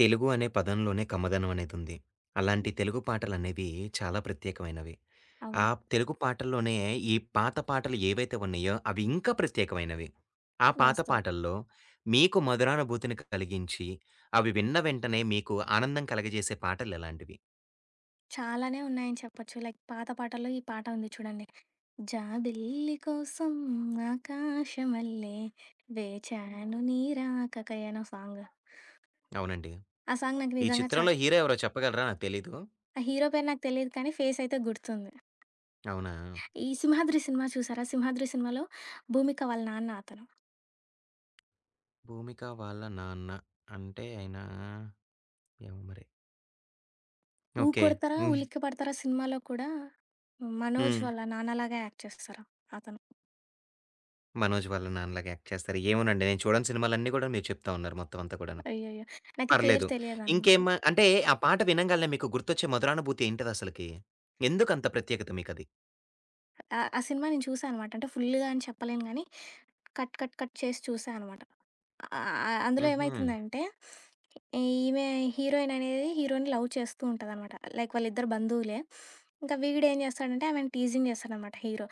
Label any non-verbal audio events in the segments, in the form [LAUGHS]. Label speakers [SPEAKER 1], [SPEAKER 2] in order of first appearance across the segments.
[SPEAKER 1] తెలుగు అనే పదంలోనే కమ్మదనం అనేదుంది. అలాంటి
[SPEAKER 2] హ్మ్.
[SPEAKER 1] తెలుగు పాటలనేవి చాలా ప్రత్యేకమైనవి. ఆ
[SPEAKER 2] అవును.
[SPEAKER 1] తెలుగు పాటల్లోనే ఈ పాత పాటలు ఏవైతే ఉన్నాయో అవి ఇంకా ప్రత్యేకమైనవి. ఆ పాత
[SPEAKER 2] వాస్తవం.
[SPEAKER 1] పాటల్లో మీకు మధురానుభూతిని కలిగించి, అవి విన్న వెంటనే మీకు ఆనందం కలగజేసే పాటలెలాంటివి?
[SPEAKER 2] చాలానే ఉన్నాయని చెప్పొచ్చు. లైక్ పాత పాటల్లో ఈ పాట ఉంది చూడండి. జాబిల్లి కోసం ఆకాశమల్లె వేచాను నీ రాకకై అనో సాంగ్.
[SPEAKER 1] అవునండి.
[SPEAKER 2] ఆ సాంగ్ నాకు
[SPEAKER 1] ఈ
[SPEAKER 2] నిజంగా చాలా
[SPEAKER 1] చిత్రంలో హీరో ఎవరో చెప్పగలరా? నాకు తెలీదు.
[SPEAKER 2] ఆ హీరో పేరు నాకు తెలీదు కానీ ఫేస్ అయితే గుర్తుంది.
[SPEAKER 1] అవునా?
[SPEAKER 2] ఈ 'సింహాద్రి' సినిమా చూసారా? 'సింహాద్రి' సినిమాలో భూమిక వాళ్ళ నాన్న అతను.
[SPEAKER 1] 'భూమిక వాళ్ళ నాన్న' అంటే ఆయన ఏమో మరి.
[SPEAKER 2] 'ఊ
[SPEAKER 1] ఓకే.
[SPEAKER 2] కొడతారా
[SPEAKER 1] హ్మ్.
[SPEAKER 2] ఉలిక్కి పడతారా' సినిమాలో కూడా మనోజ్
[SPEAKER 1] హ్మ్.
[SPEAKER 2] వాళ్ళ నాన్నలాగా యాక్ట్ చేస్తారు అతను.
[SPEAKER 1] మనోజ్ వాళ్ళ నాన్నలాగా యాక్ట్ చేస్తారు. ఏమోనండి నేను చూడని సినిమాలన్నీ కూడా మీరు చెప్తా ఉన్నారు మొత్తం అంతా కూడాను.
[SPEAKER 2] అయ్యయ్యో! నాకు ఈ పేరు
[SPEAKER 1] పర్లేదు.
[SPEAKER 2] తెలియదనమాట.
[SPEAKER 1] ఇంకేం అంటే ఆ పాట వినంగాల్నే మీకు గుర్తొచ్చే మధురానుభూతి ఏంటిదసలకి? ఎందుకంత ప్రత్యేకత మీకది?
[SPEAKER 2] ఆ! ఆ సినిమా నేను చూసా అనమాట. అంటే ఫుల్లుగా అని చెప్పలేను గానీ, కట్ కట్ కట్ చేసి చూసా అనమాట. ఆ! ఆ- అందులో
[SPEAKER 1] హుహు.
[SPEAKER 2] ఏమైతుందంటే, ఈమె హీరోయిన్ అనేది హీరో‌ని లవ్ చేస్తూ ఉంటదనమాట. లైక్ వాళ్ళిద్దరు బంధువులే. ఇంకా వీడేం చేస్తాడంటే ఆమెని టీజింగ్ చేస్తాడనమాట హీరో.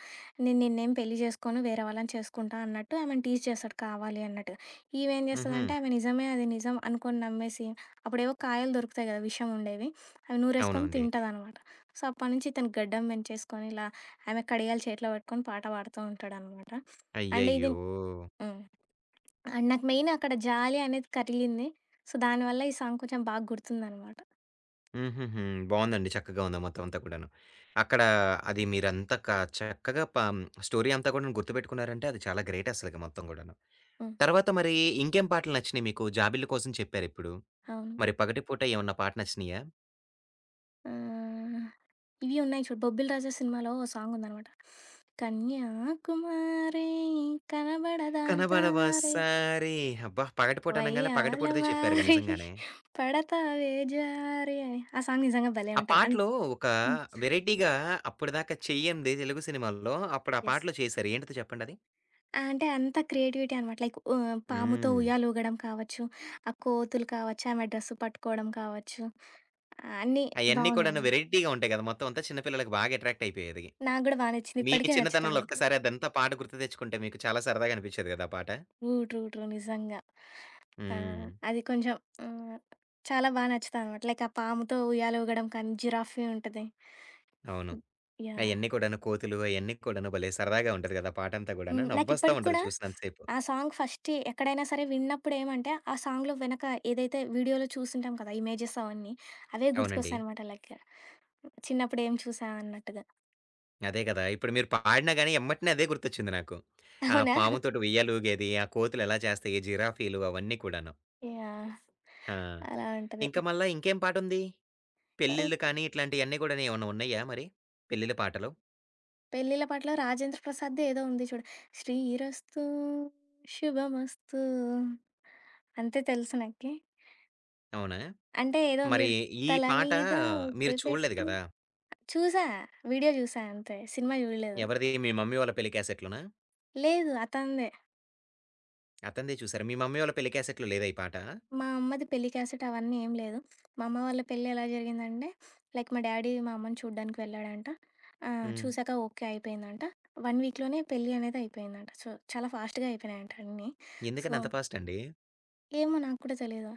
[SPEAKER 2] నేను నిన్నేం పెళ్లి చేసుకోను, వేరే వాళ్ళని చేసుకుంటా అన్నట్టు ఆమెని టీజ్ చేస్తాడు కావాలి అన్నట్టు. ఈమేం
[SPEAKER 1] హుహు.
[SPEAKER 2] చేస్తదంటే ఆమె నిజమే అది నిజం అనుకోని నమ్మేసి, అప్పుడేవో కాయలు దొరుకుతాయి కదా! విషం ఉండేవి. అవి నూరేసుకొని
[SPEAKER 1] అవునండి.
[SPEAKER 2] తింటదనమాట. సో, అప్పటినుంచి ఇతను గడ్డం పెంచేసుకొని ఇలా ఆమె కడియాలు చేతిలో పట్టుకొని పాట పాడుతూ ఉంటాడనమాట. అండ్ ఇది
[SPEAKER 1] అయ్యయ్యో!
[SPEAKER 2] హ్మ్. అండ్ నాకు మెయిన్ అక్కడ జాలి అనేది కరిగింది. సో, దానివల్ల ఈ సాంగ్ కొంచెం బాగా గుర్తుందనమాట.
[SPEAKER 1] హుహుహు. బావుందండి. చక్కగా ఉంది మొత్తం అంతా కూడాను. అక్కడ అది మీరంతా క చక్కగా ప స్టోరీ అంతా కూడా గుర్తుపెట్టుకున్నారంటే అది చాలా గ్రేట్ అసలకి మొత్తం గూడాను.
[SPEAKER 2] హ్మ్.
[SPEAKER 1] తర్వాత మరి ఇంకేం పాటలు నచ్చినాయి మీకు? 'జాబిల్లి' కోసం చెప్పారిప్పుడు.
[SPEAKER 2] అవును.
[SPEAKER 1] మరి 'పగటిపూట' ఏమన్నా పాట నచ్చినాయా?
[SPEAKER 2] ఆహ్, ఇవి ఉన్నాయి చూడు 'బొబ్బిల్ రాజా' సినిమాలో ఓ సాంగుందనమాట. కన్యాకుమారి కనబడదా దారి
[SPEAKER 1] 'కనబడవసారే' అబ్బా! పగటిపూట అనంగానే
[SPEAKER 2] వయ్యాల
[SPEAKER 1] పగటిపూటదే చెప్పారుగా
[SPEAKER 2] మారి
[SPEAKER 1] నిజంగానే.
[SPEAKER 2] పడతావే జారి అని. ఆ సాంగ్ నిజంగా భలే
[SPEAKER 1] ఆ
[SPEAKER 2] ఉంటది. అన్
[SPEAKER 1] పాటలో ఒక
[SPEAKER 2] హ్మ్.
[SPEAKER 1] వెరైటీగా అప్పటిదాకా చెయ్యంది తెలుగు సినిమాల్లో అప్పుడు ఆ
[SPEAKER 2] యెస్.
[SPEAKER 1] పాటలో చేశారు. ఏంటిదో చెప్పండది?
[SPEAKER 2] అంటే అంత క్రియేటివిటీ అనమాట. లైక్ ఆహ్, పాముతో
[SPEAKER 1] హ్మ్.
[SPEAKER 2] ఉయ్యాలూగడం కావచ్చు, ఆ కోతులు కావచ్చు, ఆమె డ్రెస్ పట్టుకోవడం కావచ్చు, ఆ, అన్నీ
[SPEAKER 1] అయన్నీ
[SPEAKER 2] బావున్నాయి.
[SPEAKER 1] కూడాను వెరైటీగా ఉంటాయి గదా! మొత్తం అంతా చిన్న పిల్లలకి బాగా అట్రాక్ట్ అయిపోయేది.
[SPEAKER 2] నాకు గూడా బా నచ్చింది.
[SPEAKER 1] మీ
[SPEAKER 2] ఇప్పటికీ నచ్చుతది
[SPEAKER 1] చిన్నతనంలో
[SPEAKER 2] నాకు.
[SPEAKER 1] ఒక్కసారి అదంతా పాట గుర్తు తెచ్చుకుంటే మీకు చాలా సరదాగా అనిపిచ్చేది గదా! ఆ పాట.
[SPEAKER 2] ట్రూ. ట్రూ. ట్రూ. నిజంగా. ఆ!
[SPEAKER 1] హ్మ్.
[SPEAKER 2] అది కొంచెం ఆహ్, చాలా బా నచ్చుతదనమాట. లైక్ ఆ పాముతో ఉయ్యాల ఊగడం కానీ, జిరాఫీ ఉంటది.
[SPEAKER 1] అవును.
[SPEAKER 2] యాహ్!
[SPEAKER 1] అయన్నీ కూడాను కోతులు అయన్నీ కూడాను భలే సరదాగా ఉంటది గదా! పాటంతా
[SPEAKER 2] హ్మ్.
[SPEAKER 1] గూడాను. నవ్వొస్తా
[SPEAKER 2] నాకిప్పటికి
[SPEAKER 1] ఉంటది
[SPEAKER 2] కూడా
[SPEAKER 1] చూసినంత సేపు.
[SPEAKER 2] ఆ సాంగ్ ఫస్ట్ ఎక్కడైనా సరే విన్నప్పుడు ఏమంటే, ఆ సాంగ్‌లో వెనక ఏదైతే వీడియోలో చూసుంటాం కదా! ఇమేజెస్ అవన్నీ, అవే
[SPEAKER 1] అవునండి.
[SPEAKER 2] గుర్తుకొస్తాయనమాట. లైక్ చిన్నప్పుడు ఏం చూసా అన్నట్టుగా.
[SPEAKER 1] అదే కదా! ఇప్పుడు మీరు పాడినా గాని ఎమ్మటనే అదే గుర్తొచ్చింది నాకు. ఆ
[SPEAKER 2] అవునా?
[SPEAKER 1] పాముతోటి ఉయ్యాలూగేది, ఆ కోతులు ఎలా చేస్తాయి, జిరాఫీలు అవన్నీ కూడాను.
[SPEAKER 2] యాహ్!
[SPEAKER 1] ఆ!
[SPEAKER 2] అలా ఉంటది.
[SPEAKER 1] ఇంకా మళ్ళా ఇంకేం పాటుంది? పెళ్ళిళ్ళు కానీ ఇట్లాంటియన్నీ గూడాను ఏమన్నా ఉన్నాయా మరి? పెళ్ళిళ్ళ పాటలు.
[SPEAKER 2] పెళ్ళిళ్ళ పాటలో 'రాజేంద్ర ప్రసాద్‌ది' ఏదో ఉంది చూడు. 'శ్రీరస్తు శుభమస్తు' అంతే తెలుసు నాకి.
[SPEAKER 1] అవునా?
[SPEAKER 2] అంటే ఏదో ఉంది
[SPEAKER 1] మరి
[SPEAKER 2] చూడు.
[SPEAKER 1] ఈ
[SPEAKER 2] తల
[SPEAKER 1] పాట
[SPEAKER 2] మీద ఒట్టు
[SPEAKER 1] మీరు చూడలేదు
[SPEAKER 2] పెట్టి
[SPEAKER 1] గదా!
[SPEAKER 2] చూసా. వీడియో చూసా అంతే. సినిమా చూడలేదు.
[SPEAKER 1] ఎవరిది? మీ మమ్మీ వాళ్ళ పెళ్లి క్యాసెట్‌లోనా?
[SPEAKER 2] లేదు అతనిదే.
[SPEAKER 1] అతనిదే చూసారా? మీ మమ్మీ వాళ్ళ పెళ్లి క్యాసెట్‌లో లేదా ఈ పాట?
[SPEAKER 2] మా అమ్మది పెళ్లి క్యాసెట్ అవన్నీ ఏం లేదు. మా అమ్మ వాళ్ళ పెళ్లి ఎలా జరిగిందంటే, లైక్ మా డ్యాడీ మా అమ్మని చూడ్డానికి వెళ్ళాడంట. ఆహ్,
[SPEAKER 1] హ్మ్.
[SPEAKER 2] చూసాక ఓకే అయిపోయిందంట. 1 వీక్‌లోనే పెళ్లి అనేది అయిపోయిందంట. సో, చాలా ఫాస్ట్‌గా అయిపోయినాయంట అన్నీ. సో,
[SPEAKER 1] ఎందుకని అంత ఫాస్ట్ అండి?
[SPEAKER 2] ఏమో నాకు కూడా తెలీదు.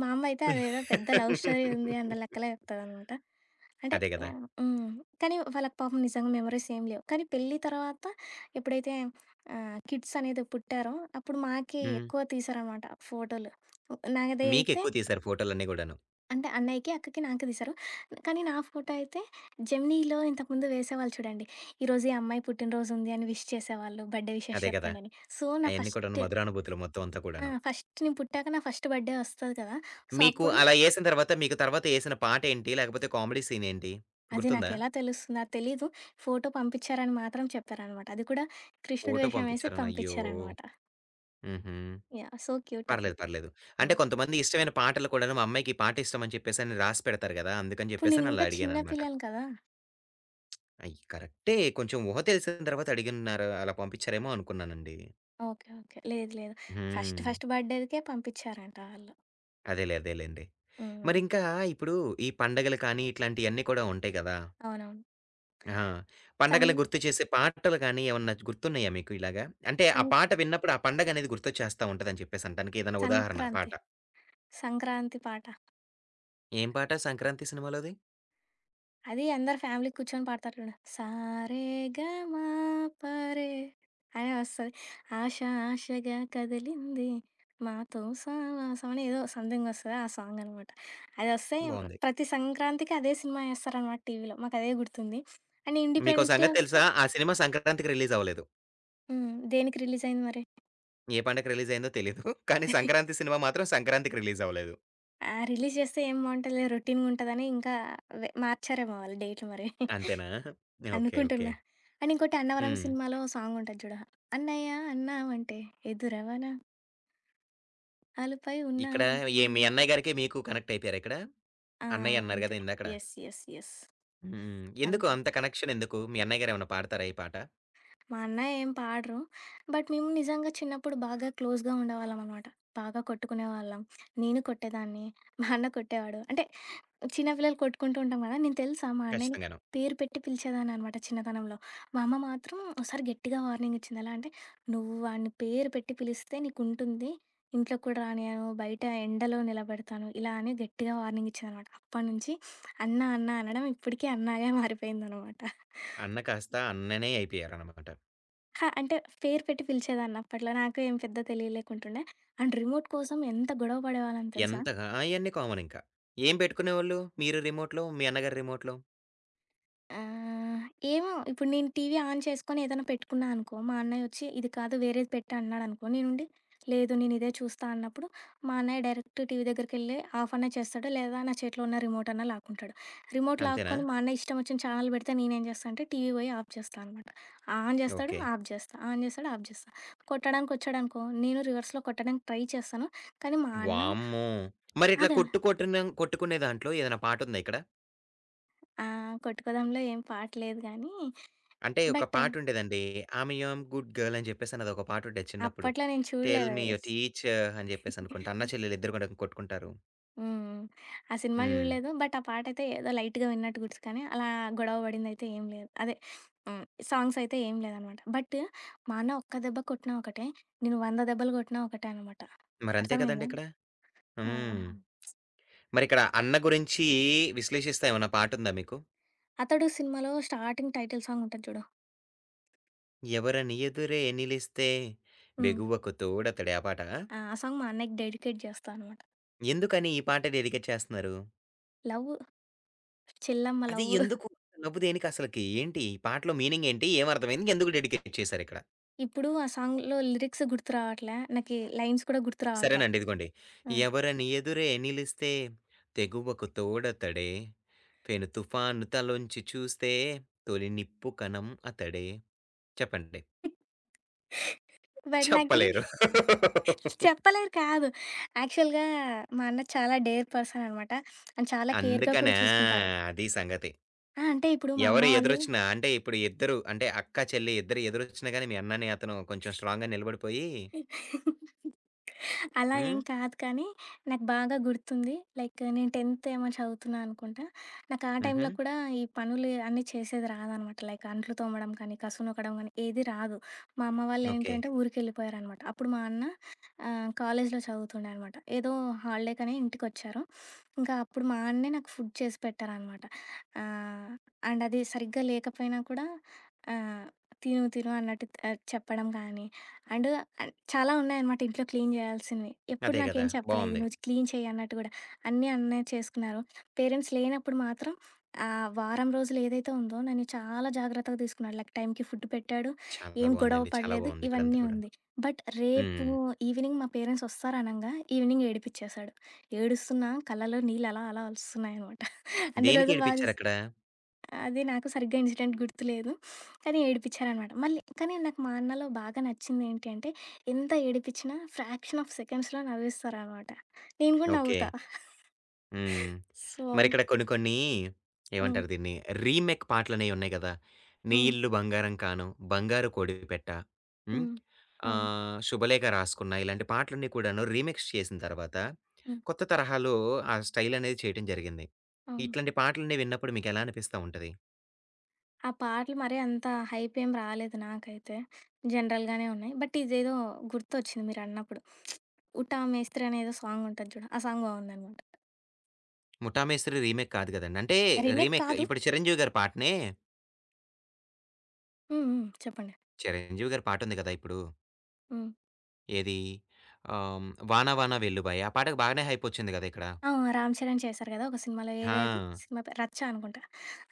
[SPEAKER 2] మా అమ్మ అయితే అదేదో పెద్ద లవ్ స్టోరీ ఉంది అన్న
[SPEAKER 1] [LAUGHS]
[SPEAKER 2] లెక్కలే చెప్తాదనమాట. అంటే
[SPEAKER 1] అదే గదా!
[SPEAKER 2] ఆహ్, హ్మ్. కానీ వాళ్ళకి పాపం నిజంగా మెమోరీస్ ఏం లేవు. కానీ పెళ్లి తర్వాత ఎప్పుడైతే ఆహ్, కిడ్స్ అనేది పుట్టారో అప్పుడు మాకి
[SPEAKER 1] హ్మ్.
[SPEAKER 2] ఎక్కువ తీశారనమాట ఫోటోలు. నాది అయితే
[SPEAKER 1] మీకెక్కువ తీశారు ఫోటోలన్నీ గూడాను.
[SPEAKER 2] అంటే అన్నయ్యకి, అక్కకి, నాకు తీశారు. కానీ నా ఫోటో అయితే జెమినీలో ఇంతకుముందు వేసేవాళ్ళు చూడండి. ఈరోజు ఈ అమ్మాయి పుట్టినరోజు ఉంది అని విష్ చేసేవాళ్ళు. బర్త్‌డే విషెస్
[SPEAKER 1] అదే గదా!
[SPEAKER 2] చెప్పండని. సో, నా
[SPEAKER 1] అయన్నీ
[SPEAKER 2] ఫస్ట్
[SPEAKER 1] కూడాను మధురానుభూతులు మొత్తం అంతా
[SPEAKER 2] ఆ!
[SPEAKER 1] కూడాను.
[SPEAKER 2] ఫస్ట్ నేను పుట్టాక నా ఫస్ట్ బర్త్‌డే వస్తది కదా! సో,
[SPEAKER 1] మీకు
[SPEAKER 2] అప్పుడు
[SPEAKER 1] అలా ఏసిన తర్వాత, మీకు తర్వాత ఏసిన పాటేంటి? లేకపోతే కామెడీ సీనేంటి?
[SPEAKER 2] అది
[SPEAKER 1] గుర్తుందా?
[SPEAKER 2] నాకెలా తెలుస్తుందా తెలీదు. ఫోటో పంపించారని మాత్రం చెప్పారనమాట. అది కూడా కృష్ణుడి
[SPEAKER 1] ఫోటో
[SPEAKER 2] వేషం వేసి
[SPEAKER 1] పంపించారని అయ్యో!
[SPEAKER 2] పంపించారనమాట.
[SPEAKER 1] హుహు.
[SPEAKER 2] యాహ్! సో క్యూట్ అప్పుడు.
[SPEAKER 1] పర్లేదు. పర్లేదు. అంటే
[SPEAKER 2] హ్మ్.
[SPEAKER 1] కొంతమంది ఇష్టమైన పాటలు కూడాను మా అమ్మాయికి ఈ పాట ఇష్టమని చెప్పేసని రాసి పెడతారు గదా! అందుకని
[SPEAKER 2] అప్పుడు
[SPEAKER 1] చెప్పేసని
[SPEAKER 2] నేనింకా
[SPEAKER 1] అలా
[SPEAKER 2] చిన్న
[SPEAKER 1] అడిగాననమాట.
[SPEAKER 2] పిల్లని కదా!
[SPEAKER 1] అయి కరెక్టే. కొంచెం ఊహ తెలిసిన తర్వాత అడిగున్నారు. అలా పంపించారేమో అనుకున్నానండి.
[SPEAKER 2] ఓకే. ఓకే. లేదు లేదు. ఫస్ట్
[SPEAKER 1] హ్మ్.
[SPEAKER 2] ఫస్ట్ బర్త్‌డేకే పంపించారంట ఆళ్ళు.
[SPEAKER 1] అదేలే. అదేలేండి.
[SPEAKER 2] హ్మ్.
[SPEAKER 1] మరింకా ఇప్పుడు ఈ పండగలు కానీ, ఇట్లాంటియన్నీ కూడా ఉంటాయి గదా!
[SPEAKER 2] అవునవును.
[SPEAKER 1] ఆ!
[SPEAKER 2] సం
[SPEAKER 1] పండగలను గుర్తు చేసే పాటలు గాని, ఏమన్నా గుర్తున్నాయా మీకు ఇలాగా? అంటే ఆ
[SPEAKER 2] సంక్
[SPEAKER 1] పాట విన్నప్పుడు ఆ పండగనేది గుర్తొచ్చేస్తా ఉంటదని చెప్పేసి అనటానికి ఏదైనా ఉదాహరణ
[SPEAKER 2] సంక్రాంతి.
[SPEAKER 1] పాట?
[SPEAKER 2] సంక్రాంతి పాట
[SPEAKER 1] ఏం పాట 'సంక్రాంతి' సినిమాలోది?
[SPEAKER 2] అది అందరు ఫ్యామిలీ కూర్చొని పాడతారు చూడు. సారే గమా పరే అని వస్తది. ఆశ ఆశగా కదిలింది మాతో సావాసం అని ఏదో సంథింగ్ వస్తది. ఆ సాంగ్ అనమాట. అదొస్తే
[SPEAKER 1] బావుంది.
[SPEAKER 2] ప్రతి సంక్రాంతికి అదే సినిమా ఏస్తారనమాట టీవీలో. మాకదే గుర్తుంది. అండ్
[SPEAKER 1] మీకో
[SPEAKER 2] ఇండిపెండెన్స్ డే
[SPEAKER 1] సంగతి
[SPEAKER 2] వస్తే
[SPEAKER 1] తెలుసా? ఆ సినిమా సంక్రాంతికి రిలీజ్ అవ్వలేదు.
[SPEAKER 2] హ్మ్. దేనికి రిలీజ్ అయింది మరి?
[SPEAKER 1] ఏ పండగకి రిలీజ్ అయిందో తెలీదు. [LAUGHS] కానీ
[SPEAKER 2] [LAUGHS]
[SPEAKER 1] 'సంక్రాంతి' సినిమా మాత్రం సంక్రాంతికి రిలీజ్ అవ్వలేదు.
[SPEAKER 2] ఆ! రిలీజ్ చేస్తే ఏం బావుంటదిలే రొటీన్‌గుంటదని ఇంకా వె మార్చారేమో వాళ్ళు డేట్లు మరి.
[SPEAKER 1] అంతేనా? ఓకే. ఓకే.
[SPEAKER 2] అనుకుంటున్నా. అండ్ ఇంకోటి 'అన్నవరం'
[SPEAKER 1] హ్మ్.
[SPEAKER 2] సినిమాలో సాంగుంటది చూడు. అన్నయ్య అన్నావంటే ఎదురవనా అలుపై
[SPEAKER 1] ఇక్కడ
[SPEAKER 2] ఉన్నావంటే
[SPEAKER 1] ఏ మీ అన్నయ్య గారికి మీకు కనెక్ట్ అయిపోయారా ఇక్కడ?
[SPEAKER 2] ఆ!
[SPEAKER 1] అన్నయ్య అన్నారు
[SPEAKER 2] అంతే.
[SPEAKER 1] గదా! ఇందాకడ.
[SPEAKER 2] యెస్. యెస్. యెస్.
[SPEAKER 1] హ్మ్. ఎందుకు
[SPEAKER 2] అంతే.
[SPEAKER 1] అంత కనెక్షన్ ఎందుకు? మీ అన్నయ్య గారేమన్నా పాడతారా ఈ పాట?
[SPEAKER 2] మా అన్నయ్య ఏం పాడరు. బట్ మేము నిజంగా చిన్నప్పుడు బాగా క్లోజ్‌గా ఉండేవాళ్ళం అనమాట. బాగా కొట్టుకునేవాళ్ళం. నేను కొట్టేదాన్ని. మా అన్న కొట్టేవాడు. అంటే చిన్న పిల్లలు కొట్టుకుంటూ ఉంటాం కదా! నేను తెలుసా మా అన్నయ్యని
[SPEAKER 1] ఖచ్చితంగాను.
[SPEAKER 2] పేరు పెట్టి పిలిచేదాన్ననమాట చిన్నతనంలో. మా అమ్మ మాత్రం ఒకసారి గట్టిగా వార్నింగ్ ఇచ్చింది. ఎలా అంటే, "నువ్వు వాడిని పేరు పెట్టి పిలిస్తే నీకుంటుంది. ఇంట్లోకి కూడా రానియ్యను. బయట ఎండలో నిలబెడతాను." ఇలా అని గట్టిగా వార్నింగ్ ఇచ్చిందనమాట. అప్పటినుంచి అన్న, అన్న అనడం ఇప్పటికీ అన్నగా మారిపోయిందనమాట.
[SPEAKER 1] అన్న కాస్త అన్ననే అయిపోయారనమాట.
[SPEAKER 2] అహా! అంటే పేరు పెట్టి పిలిచేదాన్నప్పట్లో. నాకు ఏం పెద్ద తెలియలేకుంటుండే. అండ్ రిమోట్ కోసం ఎంత గొడవ పడేవాళ్ళం తెలుసా?
[SPEAKER 1] ఎంతగా అయన్నీ కామనింకా. ఏం పెట్టుకునేవాళ్ళు? మీరు రిమోట్‌లో, మీ అన్నగారు రిమోట్‌లో
[SPEAKER 2] ఆహ్, ఏమో ఇప్పుడు నేను టీవీ ఆన్ చేసుకొని ఏదైనా పెట్టుకున్నా అనుకో, మా అన్నయ్య వచ్చి ఇది కాదు వేరేది పెట్టు అన్నాడనుకో, నేనుండి లేదు నేను ఇదే చూస్తా అన్నప్పుడు, మా అన్నయ్య డైరెక్ట్ టీవీ దగ్గరికెళ్ళి ఆఫ్ అన్నా చేస్తాడు, లేదా నా చేతిలో ఉన్న రిమోట్ అన్నా లాక్కుంటాడు. రిమోట్
[SPEAKER 1] అంతేనా?
[SPEAKER 2] లాక్కొని మా అన్నయ్య ఇష్టం వచ్చిన ఛానల్ పెడితే నేనేం చేస్తా అంటే టీవీ పోయి ఆఫ్ చేస్తా అనమాట. ఆన్ చేస్తాడు,
[SPEAKER 1] ఓకే.
[SPEAKER 2] ఆఫ్ చేస్తా, ఆన్ చేస్తాడు, ఆఫ్ చేస్తా. కొట్టడానికి వచ్చాడనుకో, నేను రివర్స్‌లో కొట్టడానికి ట్రై చేస్తాను, కానీ మా అన్న
[SPEAKER 1] వామ్మో! మరిట్లా
[SPEAKER 2] ఆగాను.
[SPEAKER 1] కొట్టుకునే దాంట్లో ఏదైనా పాటుందా ఇక్కడ?
[SPEAKER 2] ఆ! కొట్టుకోవడంలో ఏం పాట లేదు గానీ,
[SPEAKER 1] అంటే ఒక
[SPEAKER 2] బట్
[SPEAKER 1] పాటుండేదండి. 'ఆమె యామ్ గుడ్ గర్ల్' అని చెప్పేసని అదొక పాటుండేది చిన్నప్పుడు.
[SPEAKER 2] అప్పట్లో నేను
[SPEAKER 1] 'టెల్ మీ
[SPEAKER 2] చూడలేదది.
[SPEAKER 1] యువర్ టీచర్' అని చెప్పేసనుకుంటా. అన్న చెల్లెలు ఇద్దరు కూడా కొట్టుకుంటారు.
[SPEAKER 2] హ్మ్. ఆ సినిమా
[SPEAKER 1] హ్మ్.
[SPEAKER 2] జూడలేదు. బట్ ఆ పాటయితే ఏదో లైట్‌గా విన్నట్టు గుర్తు కానీ, అలా గొడవ పడిందయితే ఏం లేదు. అదే హ్మ్. సాంగ్స్ అయితే ఏం లేదనమాట. బట్ మా అన్న ఒక్క దెబ్బ కొట్టినా ఒకటే, నేను 100 దెబ్బలు కొట్టినా ఒకటే అనమాట.
[SPEAKER 1] మరంతే కదండీ
[SPEAKER 2] అర్థమైందా?
[SPEAKER 1] ఇక్కడ.
[SPEAKER 2] ఆ!
[SPEAKER 1] హ్మ్. మరిక్కడ అన్న గురించి విశ్లేషిస్తా ఏమన్నా పాటుందా మీకు?
[SPEAKER 2] 'అతడు' సినిమాలో స్టార్టింగ్ టైటిల్ సాంగ్ ఉంటది చూడు.
[SPEAKER 1] ఎవరని ఎదురే నిలిస్తే
[SPEAKER 2] హ్మ్.
[SPEAKER 1] బెగువకు తోడతడే ఆ పాట.
[SPEAKER 2] ఆ! ఆ సాంగ్ మా అన్నయ్యకి డెడికేట్ చేస్తా అనమాట.
[SPEAKER 1] ఎందుకని ఈ పాట డెడికేట్ చేస్తన్నారు?
[SPEAKER 2] లవ్ చెల్లమ్మ
[SPEAKER 1] అది
[SPEAKER 2] లవ్.
[SPEAKER 1] ఎందుకు? నవ్వు దేనికి అసలకి? ఏంటి? ఈ పాటలో మీనింగ్ ఏంటి? ఏం అర్థమైంది? ఎందుకు డెడికేట్ చేశారిక్కడ?
[SPEAKER 2] ఇప్పుడు ఆ సాంగ్‌లో లిరిక్స్ గుర్తు రావట్లే. నాకీ లైన్స్ కూడా గుర్తు రావట్లే.
[SPEAKER 1] సరేనండి ఇదిగోండి.
[SPEAKER 2] ఆ!
[SPEAKER 1] ఎవరని ఎదురే నిలిస్తే తెగువకు తోడతడే. పెను తుఫాను తలొంచి చూస్తే తొలి నిప్పు కణం అతడే. చెప్పండి.
[SPEAKER 2] బట్ నాకీ
[SPEAKER 1] చెప్పలేరు. [LAUGHS]
[SPEAKER 2] చెప్పలేరు కాదు. యాక్చువల్‌గా మా అన్న చాలా డేర్ పర్సన్ అనమాట. అండ్ చాలా కేర్‌గా కూడా
[SPEAKER 1] అందుకనా!
[SPEAKER 2] చూసుకుంటారు.
[SPEAKER 1] అది సంగతి.
[SPEAKER 2] ఆ! అంటే ఇప్పుడు మా అమ్మ
[SPEAKER 1] ఎవరు
[SPEAKER 2] వాళ్ళు
[SPEAKER 1] ఎదురొచ్చినా అంటే ఇప్పుడు ఇద్దరు అంటే అక్క, చెల్లి ఇద్దరు ఎదురొచ్చినా గాని మీ అన్నని అతను కొంచెం స్ట్రాంగ్‌గా నిలబడిపోయి
[SPEAKER 2] అలా
[SPEAKER 1] హ్మ్.
[SPEAKER 2] ఏం కాదు కానీ, నాకు బాగా గుర్తుంది. లైక్ నేను 10థ్ ఏమో చదువుతున్నా అనుకుంటా. నాకు ఆ
[SPEAKER 1] హుహు.
[SPEAKER 2] టైంలో కూడా ఈ పనులు అన్నీ చేసేది రాదనమాట. లైక్ అంట్లు తోమడం కానీ, కసు నొక్కడం కానీ ఏది రాదు. మా అమ్మ వాళ్ళు ఏంటి
[SPEAKER 1] ఓకే.
[SPEAKER 2] అంటే ఊరికెళ్ళిపోయారనమాట. అప్పుడు మా అన్న ఆహ్, కాలేజ్‌లో చదువుతుండే అనమాట. ఏదో హాలిడేకని ఇంటికొచ్చారు. ఇంకా అప్పుడు మా అన్నే నాకు ఫుడ్ చేసి పెట్టారనమాట. ఆహ్, అండ్ అది సరిగ్గా లేకపోయినా కూడా ఆహ్, తిను తిను అన్నట్టు ఆహ్, చెప్పడం కానీ, అండ్ చాలా ఉన్నాయన్నమాట ఇంట్లో క్లీన్ చేయాల్సినవి. ఎప్పుడు
[SPEAKER 1] అదే
[SPEAKER 2] నాకేం
[SPEAKER 1] గదా!
[SPEAKER 2] చెప్పలేదు,
[SPEAKER 1] బావుంది.
[SPEAKER 2] "నువ్వు క్లీన్ చెయ్యి" అన్నట్టు గూడా. అన్నీ అన్నయ్య చేసుకున్నారు. పేరెంట్స్ లేనప్పుడు మాత్రం ఆహ్, వారం రోజులు ఏదైతే ఉందో నన్ను చాలా జాగ్రత్తగా తీసుకున్నాడు. లైక్ టైంకి ఫుడ్ పెట్టాడు,
[SPEAKER 1] చాలా
[SPEAKER 2] ఏం గొడవ
[SPEAKER 1] బావుందండి. చాలా
[SPEAKER 2] పడలేదు,
[SPEAKER 1] బావుంది ఇక్కడంతా
[SPEAKER 2] ఇవన్నీ
[SPEAKER 1] కూడాను.
[SPEAKER 2] ఉంది. బట్ రేపు
[SPEAKER 1] హ్మ్.
[SPEAKER 2] ఈవినింగ్ మా పేరెంట్స్ వస్తారనంగా ఈవినింగ్ ఏడిపిచ్చేశాడు. ఏడుస్తున్నా కళ్ళలో నీళ్ళు అలా అలా ఒలుస్తున్నాయనమాట. అన్ని
[SPEAKER 1] దేనికి
[SPEAKER 2] రోజులు బా చూస్
[SPEAKER 1] ఏడిపించారక్కడ?
[SPEAKER 2] అది నాకు సరిగ్గా ఇన్సిడెంట్ గుర్తులేదు. కానీ ఏడిపిచ్చారనమాట. మళ్ళీ కానీ నాకు మా అన్నలో బాగా నచ్చిందేంటి అంటే, ఎంత ఏడిపిచ్చినా ఫ్రాక్షన్ ఆఫ్ సెకండ్స్‌లో నవ్విస్తారనమాట. నేను గూడా
[SPEAKER 1] ఓకే.
[SPEAKER 2] నవ్వుతా.
[SPEAKER 1] హ్మ్.
[SPEAKER 2] సో
[SPEAKER 1] మరిక్కడ కొన్ని కొన్ని
[SPEAKER 2] హ్మ్.
[SPEAKER 1] ఏమంటారు దీన్ని? రీమేక్ పాటలనేవి ఉన్నాయి గదా! 'నీ
[SPEAKER 2] హ్మ్.
[SPEAKER 1] ఇల్లు బంగారం కాను', 'బంగారు కోడిపెట్ట' హ్మ్.
[SPEAKER 2] హ్మ్. అవును.
[SPEAKER 1] ఆహ్, 'శుభలేఖ రాసుకున్న' ఇలాంటి పాటలన్నీ కూడాను రీమిక్స్ చేసిన తర్వాత
[SPEAKER 2] హ్మ్.
[SPEAKER 1] కొత్త తరహాలో ఆ స్టైల్ అనేది చేయటం జరిగింది.
[SPEAKER 2] అవును.
[SPEAKER 1] ఇట్లాంటి పాటలన్నీ విన్నప్పుడు మీకెలా అనిపిస్తా ఉంటది?
[SPEAKER 2] ఆ పాటలు మరీ అంత హైపేం రాలేదు నాకైతే. జనరల్‌గానే ఉన్నాయి. బట్ ఇదేదో గుర్తొచ్చింది మీరన్నప్పుడు. 'ఉటా మేస్త్రి' అనేదో సాంగుంటది చూడు. ఆ సాంగ్ బావుందనమాట.
[SPEAKER 1] 'ముఠా మేస్త్రి' రీమేక్ కాదు గదండీ. అంటే
[SPEAKER 2] రీమేక్
[SPEAKER 1] రీమేక్
[SPEAKER 2] కాదు.
[SPEAKER 1] ఇప్పుడు 'చిరంజీవి' గారి పాటనే
[SPEAKER 2] హ్మ్. హ్మ్. చెప్పండి.
[SPEAKER 1] 'చిరంజీవి' గారి పాటుంది గదా! ఇప్పుడు.
[SPEAKER 2] హ్మ్.
[SPEAKER 1] ఏది? ఆహ్, 'వాన వాన వెల్లుబాయ' ఆ పాటకు బాగానే హైపొచ్చింది గదా! ఇక్కడ.
[SPEAKER 2] ఆ! 'రామ్ చరణ్' చేశారు గదా! ఒక సినిమాలో ఏదది
[SPEAKER 1] ఆ!
[SPEAKER 2] సినిమా పేరు 'రచ్చ' అనుకుంటా.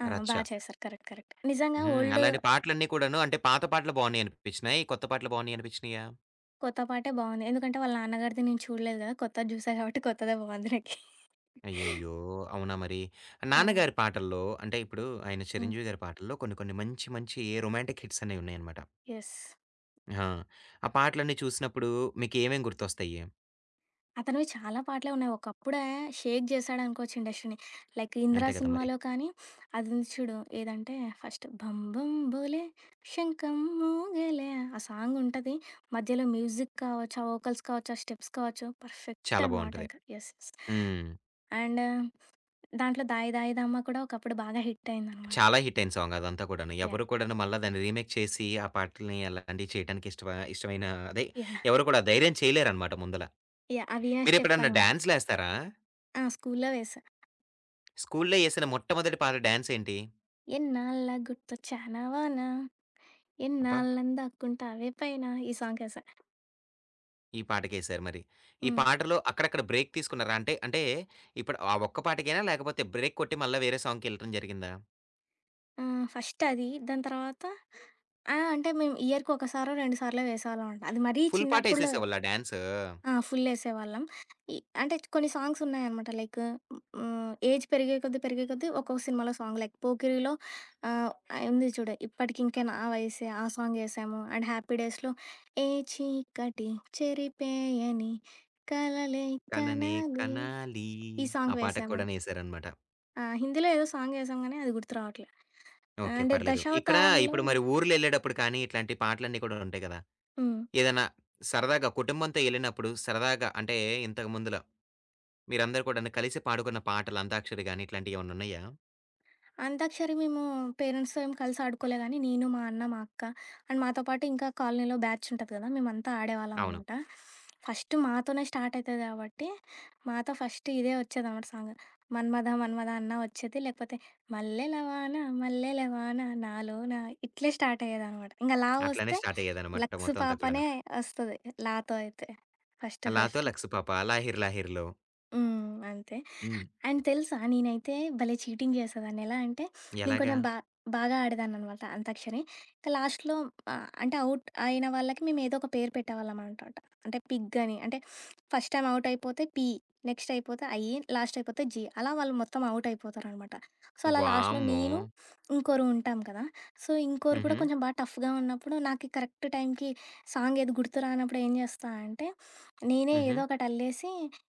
[SPEAKER 2] ఆ!
[SPEAKER 1] రచ్చ.
[SPEAKER 2] బా చేశారు. కరెక్ట్. కరెక్ట్. నిజంగా
[SPEAKER 1] హ్మ్.
[SPEAKER 2] ఓల్డ్,
[SPEAKER 1] అలాంటి పాటలన్నీ కూడాను అంటే పాత పాటలు బావున్నాయి అనిపించినాయి? కొత్త పాటలు బావున్నాయి అనిపించినాయా?
[SPEAKER 2] కొత్త పాటే బావుంది. ఎందుకంటే వాళ్ళ నాన్నగారిది నేను చూడలేదు గదా! కొత్తది జూసా గాబట్టి కొత్తదే బావుంది నాకి.
[SPEAKER 1] అయ్యయ్యో! అవునా మరి?
[SPEAKER 2] ఆ!
[SPEAKER 1] నాన్నగారి పాటల్లో అంటే ఇప్పుడు ఆయన
[SPEAKER 2] హ్మ్.
[SPEAKER 1] 'చిరంజీవి' గారి పాటల్లో కొన్ని కొన్ని మంచి మంచి రొమాంటిక్ హిట్స్ అనేవి ఉన్నాయన్నమాట.
[SPEAKER 2] యెస్.
[SPEAKER 1] ఆ! ఆ పాటలన్నీ చూసినప్పుడు మీకు ఏమేమి గుర్తొస్తాయి?
[SPEAKER 2] అతనివి చాలా పాటలే ఉన్నాయి. ఒకప్పుడే షేక్ జేశాడనుకోవచ్చు ఇండస్ట్రీని. లైక్ 'ఇంద్ర'
[SPEAKER 1] అంతే కదా మరి.
[SPEAKER 2] సినిమాలో కానీ అది ఉంది చూడు ఏదంటే ఫస్ట్ 'బం బం బోలే శంఖం మోగేలే' ఆ సాంగ్ ఉంటది. మధ్యలో మ్యూజిక్ కావచ్చు, ఆ వోకల్స్ కావచ్చు, ఆ స్టెప్స్ కావచ్చు పర్ఫెక్ట్
[SPEAKER 1] చాలా
[SPEAKER 2] అనమాట
[SPEAKER 1] బావుంటది.
[SPEAKER 2] ఇంక. యెస్. యెస్.
[SPEAKER 1] హ్మ్.
[SPEAKER 2] అండ్ దాంట్లో 'దాయి దాయి దమ్మ' కూడా ఒకప్పుడు బాగా హిట్ అయిందనమాట.
[SPEAKER 1] చాలా హిట్ అయిన సాంగ్ అదంతా కూడాను. ఎవరు
[SPEAKER 2] యాహ్!
[SPEAKER 1] కూడాను మళ్ళా దాన్ని రీమేక్ చేసి ఆ పాటల్ని అలాంటివి చేయడానికి ఇష్టప ఇష్టమైన అదే
[SPEAKER 2] యాహ్!
[SPEAKER 1] ఎవరు కూడా ధైర్యం చేయలేరన్నమాట ముందల.
[SPEAKER 2] యాహ్! ఆ వీణా స్టెప్
[SPEAKER 1] మీరెప్పుడన్నా
[SPEAKER 2] అనమాట.
[SPEAKER 1] డాన్స్‌లేస్తారా?
[SPEAKER 2] ఆ! స్కూల్లో వేశా.
[SPEAKER 1] స్కూల్‌లో ఏసిన మొట్టమొదటి పాట డాన్స్ ఏంటి?
[SPEAKER 2] ఎన్నాళ్ళ గుర్తొచ్చానావాన
[SPEAKER 1] అబ్బా!
[SPEAKER 2] ఎన్నాళ్ళని దాక్కుంటావే పైన ఈ సాంగ్ ఏశా.
[SPEAKER 1] ఈ పాటకేశారు మరి. ఈ
[SPEAKER 2] హ్మ్.
[SPEAKER 1] పాటలో అక్కడక్కడ బ్రేక్ తీసుకున్నారా? అంటే, ఇప్పుడు ఆ ఒక్క పాటకేనా? లేకపోతే బ్రేక్ కొట్టి మళ్ళా వేరే సాంగ్‌కెళ్ళటం జరిగిందా?
[SPEAKER 2] ఆహ్, ఫస్ట్ అది. దాని తర్వాత ఆ! అంటే మేము ఇయర్‌కి ఒకసారో, రెండుసార్లో వేసేవాళ్ళమనమాట. అది మరీ
[SPEAKER 1] ఫుల్ పాట
[SPEAKER 2] చిన్నప్పుడులో
[SPEAKER 1] ఏసేసేవాళ్ళా డాన్సు?
[SPEAKER 2] ఆ! ఫుల్లేసేవాళ్ళం. ఇ అంటే కొన్ని సాంగ్స్ ఉన్నాయనమాట. లైక్ హ్మ్, ఏజ్ పెరిగే కొద్దీ, పెరిగే కొద్దీ ఒక్కొక్క సినిమాలో సాంగ్ లైక్ 'పోకిరి'లో ఆహ్, ఉంది చూడు 'ఇప్పటికింక నా వయసే' ఆ సాంగ్ ఏసాము. అండ్ 'హ్యాపీ డేస్‌లో' ఏ చీకటి చెరిపేయని కలలే
[SPEAKER 1] 'కననే
[SPEAKER 2] కనాలి
[SPEAKER 1] కనాలి'
[SPEAKER 2] ఈ
[SPEAKER 1] ఆ
[SPEAKER 2] సాంగ్
[SPEAKER 1] పాటకు
[SPEAKER 2] వేసాము.
[SPEAKER 1] కూడాను ఏసారనమాట.
[SPEAKER 2] ఆ! హిందీలో ఏదో సాంగ్ ఏసాం గానీ అది గుర్తు రావట్లే.
[SPEAKER 1] ఓకే.
[SPEAKER 2] అండ్
[SPEAKER 1] పర్లేదు. ఇక్కడ
[SPEAKER 2] 'దశావతారంలో'
[SPEAKER 1] ఇప్పుడు మరి ఊర్లెళ్ళేటప్పుడు కానీ, ఇట్లాంటి పాటలన్నీ కూడా ఉంటాయి కదా!
[SPEAKER 2] హ్మ్.
[SPEAKER 1] ఏదన్నా సరదాగా కుటుంబంతో ఎళ్ళినప్పుడు సరదాగా అంటే ఇంతకు ముందులో మీరందరూ కూడాను కలిసి పాడుకున్న పాటలు అంతాక్షరి గాని ఇట్లాంటియేమన్నున్నాయా?
[SPEAKER 2] అంతాక్షరి మేము పేరెంట్స్‌తో ఏం కలిసి ఆడుకోలే గానీ, నేను, మా అన్న, మా అక్క అండ్ మాతో పాటు ఇంకా కాలనీలో బ్యాచ్ ఉంటది కదా! మేమంతా
[SPEAKER 1] అవును.
[SPEAKER 2] ఆడేవాళ్ళమనమాట. ఫస్ట్ మాతోనే స్టార్ట్ అయితది కాబట్టి, మాతో ఫస్ట్ ఇదే వచ్చేదనమాట సాంగ్. 'మన్మథ మన్మథ' అన్నా వచ్చేది. లేకపోతే 'మల్లెల వాన మల్లెల వాన నాలోన' ఇట్లే స్టార్ట్ అయ్యేదనమాట. ఇంక లా
[SPEAKER 1] అట్లనే
[SPEAKER 2] వస్తే
[SPEAKER 1] స్టార్ట్ అయ్యేదనమాట
[SPEAKER 2] 'లక్స్
[SPEAKER 1] మొత్తం అంతా కూడాను.
[SPEAKER 2] పాపనే' వస్తది. లాతో అయితే ఫస్ట్
[SPEAKER 1] 'లాతో
[SPEAKER 2] ఫస్ట్.
[SPEAKER 1] లక్స్ పాప, లాహిర్ లాహిర్‌లో'
[SPEAKER 2] హ్మ్. అంతే.
[SPEAKER 1] హ్మ్.
[SPEAKER 2] అండ్ తెలుసా నేనైతే భలే చీటింగ్ చేసేదాన్ని. ఎలా అంటే నేను
[SPEAKER 1] ఎలాగా?
[SPEAKER 2] కొంచెం బా బాగా ఆడేదాన్ననమాట అంతాక్షరి. ఇంకా లాస్ట్‌లో ఆహ్, అంటే ఔట్ అయిన వాళ్ళకి మేము ఏదో ఒక పేరు పెట్టేవాళ్ళం అనమాట. అంటే పిగ్ అని. అంటే ఫస్ట్ టైమ్ ఔట్ అయిపోతే పి, నెక్స్ట్ అయిపోతే ఐ, లాస్ట్ అయిపోతే జి. అలా వాళ్ళు మొత్తం ఔట్ అయిపోతారనమాట. సో, అలా లాస్ట్‌లో
[SPEAKER 1] వామ్మో!
[SPEAKER 2] నేను, ఇంకోరు ఉంటాం కదా! సో, ఇంకోరు కూడా
[SPEAKER 1] హుహు.
[SPEAKER 2] కొంచెం బాగా టఫ్‌గా ఉన్నప్పుడు నాకు కరెక్ట్ టైంకి సాంగ్ ఏది గుర్తు రానప్పుడు ఏం చేస్తా అంటే, నేనే
[SPEAKER 1] హుహు.
[SPEAKER 2] ఏదో ఒకటి అల్లేసి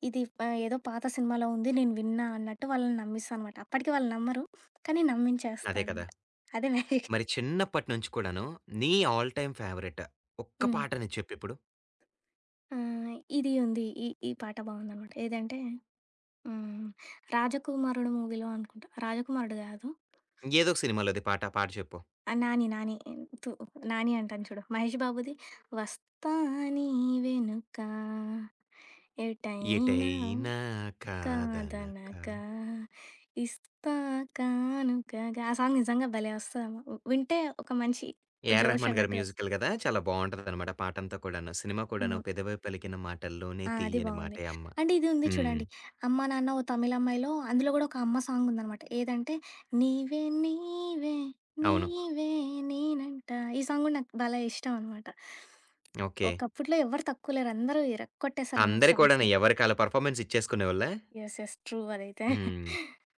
[SPEAKER 2] ఇది ప ఏదో పాత సినిమాలో ఉంది. నేను విన్నా అన్నట్టు వాళ్ళని నమ్మిస్తా అనమాట. అప్పటికి వాళ్ళు నమ్మరు. కానీ నమ్మించేస్తా
[SPEAKER 1] అదే కదా!
[SPEAKER 2] అనమాట. అదే మ్యాజిక్.
[SPEAKER 1] మరి చిన్నప్పటి నుంచి కూడాను నీ ఆల్ టైమ్ ఫేవరెట్ ఒక్క
[SPEAKER 2] హ్మ్.
[SPEAKER 1] పాటని చెప్పిప్పుడు.
[SPEAKER 2] ఆహ్, ఇది ఉంది. ఈ ఈ పాట బావుందనమాట. ఏదంటే హ్మ్. 'రాజకుమారుడు' మూవీలో అనుకుంటా. 'రాజకుమారుడు' గాదు.
[SPEAKER 1] ఏదో ఒక సినిమాలోది పాట. పాట చెప్పు.
[SPEAKER 2] ఆ! తు 'నాని' అంటాను చూడు. 'మహేష్ బాబుది' వస్తా నీ వెనుక ఎటైనా
[SPEAKER 1] 'ఎటైనా
[SPEAKER 2] కాదనక
[SPEAKER 1] కాదనక'
[SPEAKER 2] ఇస్తా కానుకగా ఆ సాంగ్ నిజంగా భలే వస్తదమ్మా! వింటే ఒక మంచి
[SPEAKER 1] ఏఆర్
[SPEAKER 2] జోష్
[SPEAKER 1] రెహమాన్ గారి
[SPEAKER 2] అన్నట్టుగా వస్తది.
[SPEAKER 1] మ్యూజికల్ గదా! చాలా బావుంటదనమాట పాటంతా కూడాను. సినిమా కూడాను
[SPEAKER 2] హ్మ్.
[SPEAKER 1] 'పెదవై పలికిన మాటల్లోనే
[SPEAKER 2] ఆ! అది
[SPEAKER 1] తీయని
[SPEAKER 2] బావుంది.
[SPEAKER 1] మాటే అమ్మ.'
[SPEAKER 2] అండ్ ఇది ఉంది
[SPEAKER 1] హ్మ్.
[SPEAKER 2] చూడండి. 'అమ్మ నాన్న ఓ తమిళమ్మాయిలో' అందులో గూడా ఒక అమ్మ సాంగ్ ఉందనమాట. ఏదంటే 'నీవే
[SPEAKER 1] అవును.
[SPEAKER 2] నీవే నేనంట' ఈ సాంగ్ గూడా నాకు భలే ఇష్టం అనమాట.
[SPEAKER 1] ఓకే.
[SPEAKER 2] ఒకప్పట్లో ఎవ్వరు తక్కువ లేరు. అందరూ ఇరక్కొట్టేశారనమాట
[SPEAKER 1] అందరు కూడాను
[SPEAKER 2] సాంగ్స్‌ని.
[SPEAKER 1] ఎవరికి ఆళ్ళ పెర్ఫార్మన్స్ ఇచ్చేసుకునేవాళ్ళా?
[SPEAKER 2] యెస్. యెస్. ట్రూ అదైతే.
[SPEAKER 1] హ్మ్.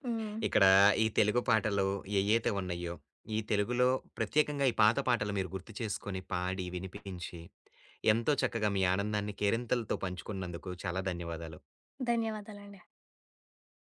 [SPEAKER 2] హ్మ్.
[SPEAKER 1] ఇక్కడ ఈ తెలుగు పాటలు ఏయైతే ఉన్నాయో, ఈ తెలుగులో ప్రత్యేకంగా ఈ పాత పాటలు మీరు గుర్తు చేసుకొని, పాడి, వినిపించి, ఎంతో చక్కగా మీ ఆనందాన్ని కేరింతలతో పంచుకున్నందుకు చాలా ధన్యవాదాలు.
[SPEAKER 2] ధన్యవాదాలండి.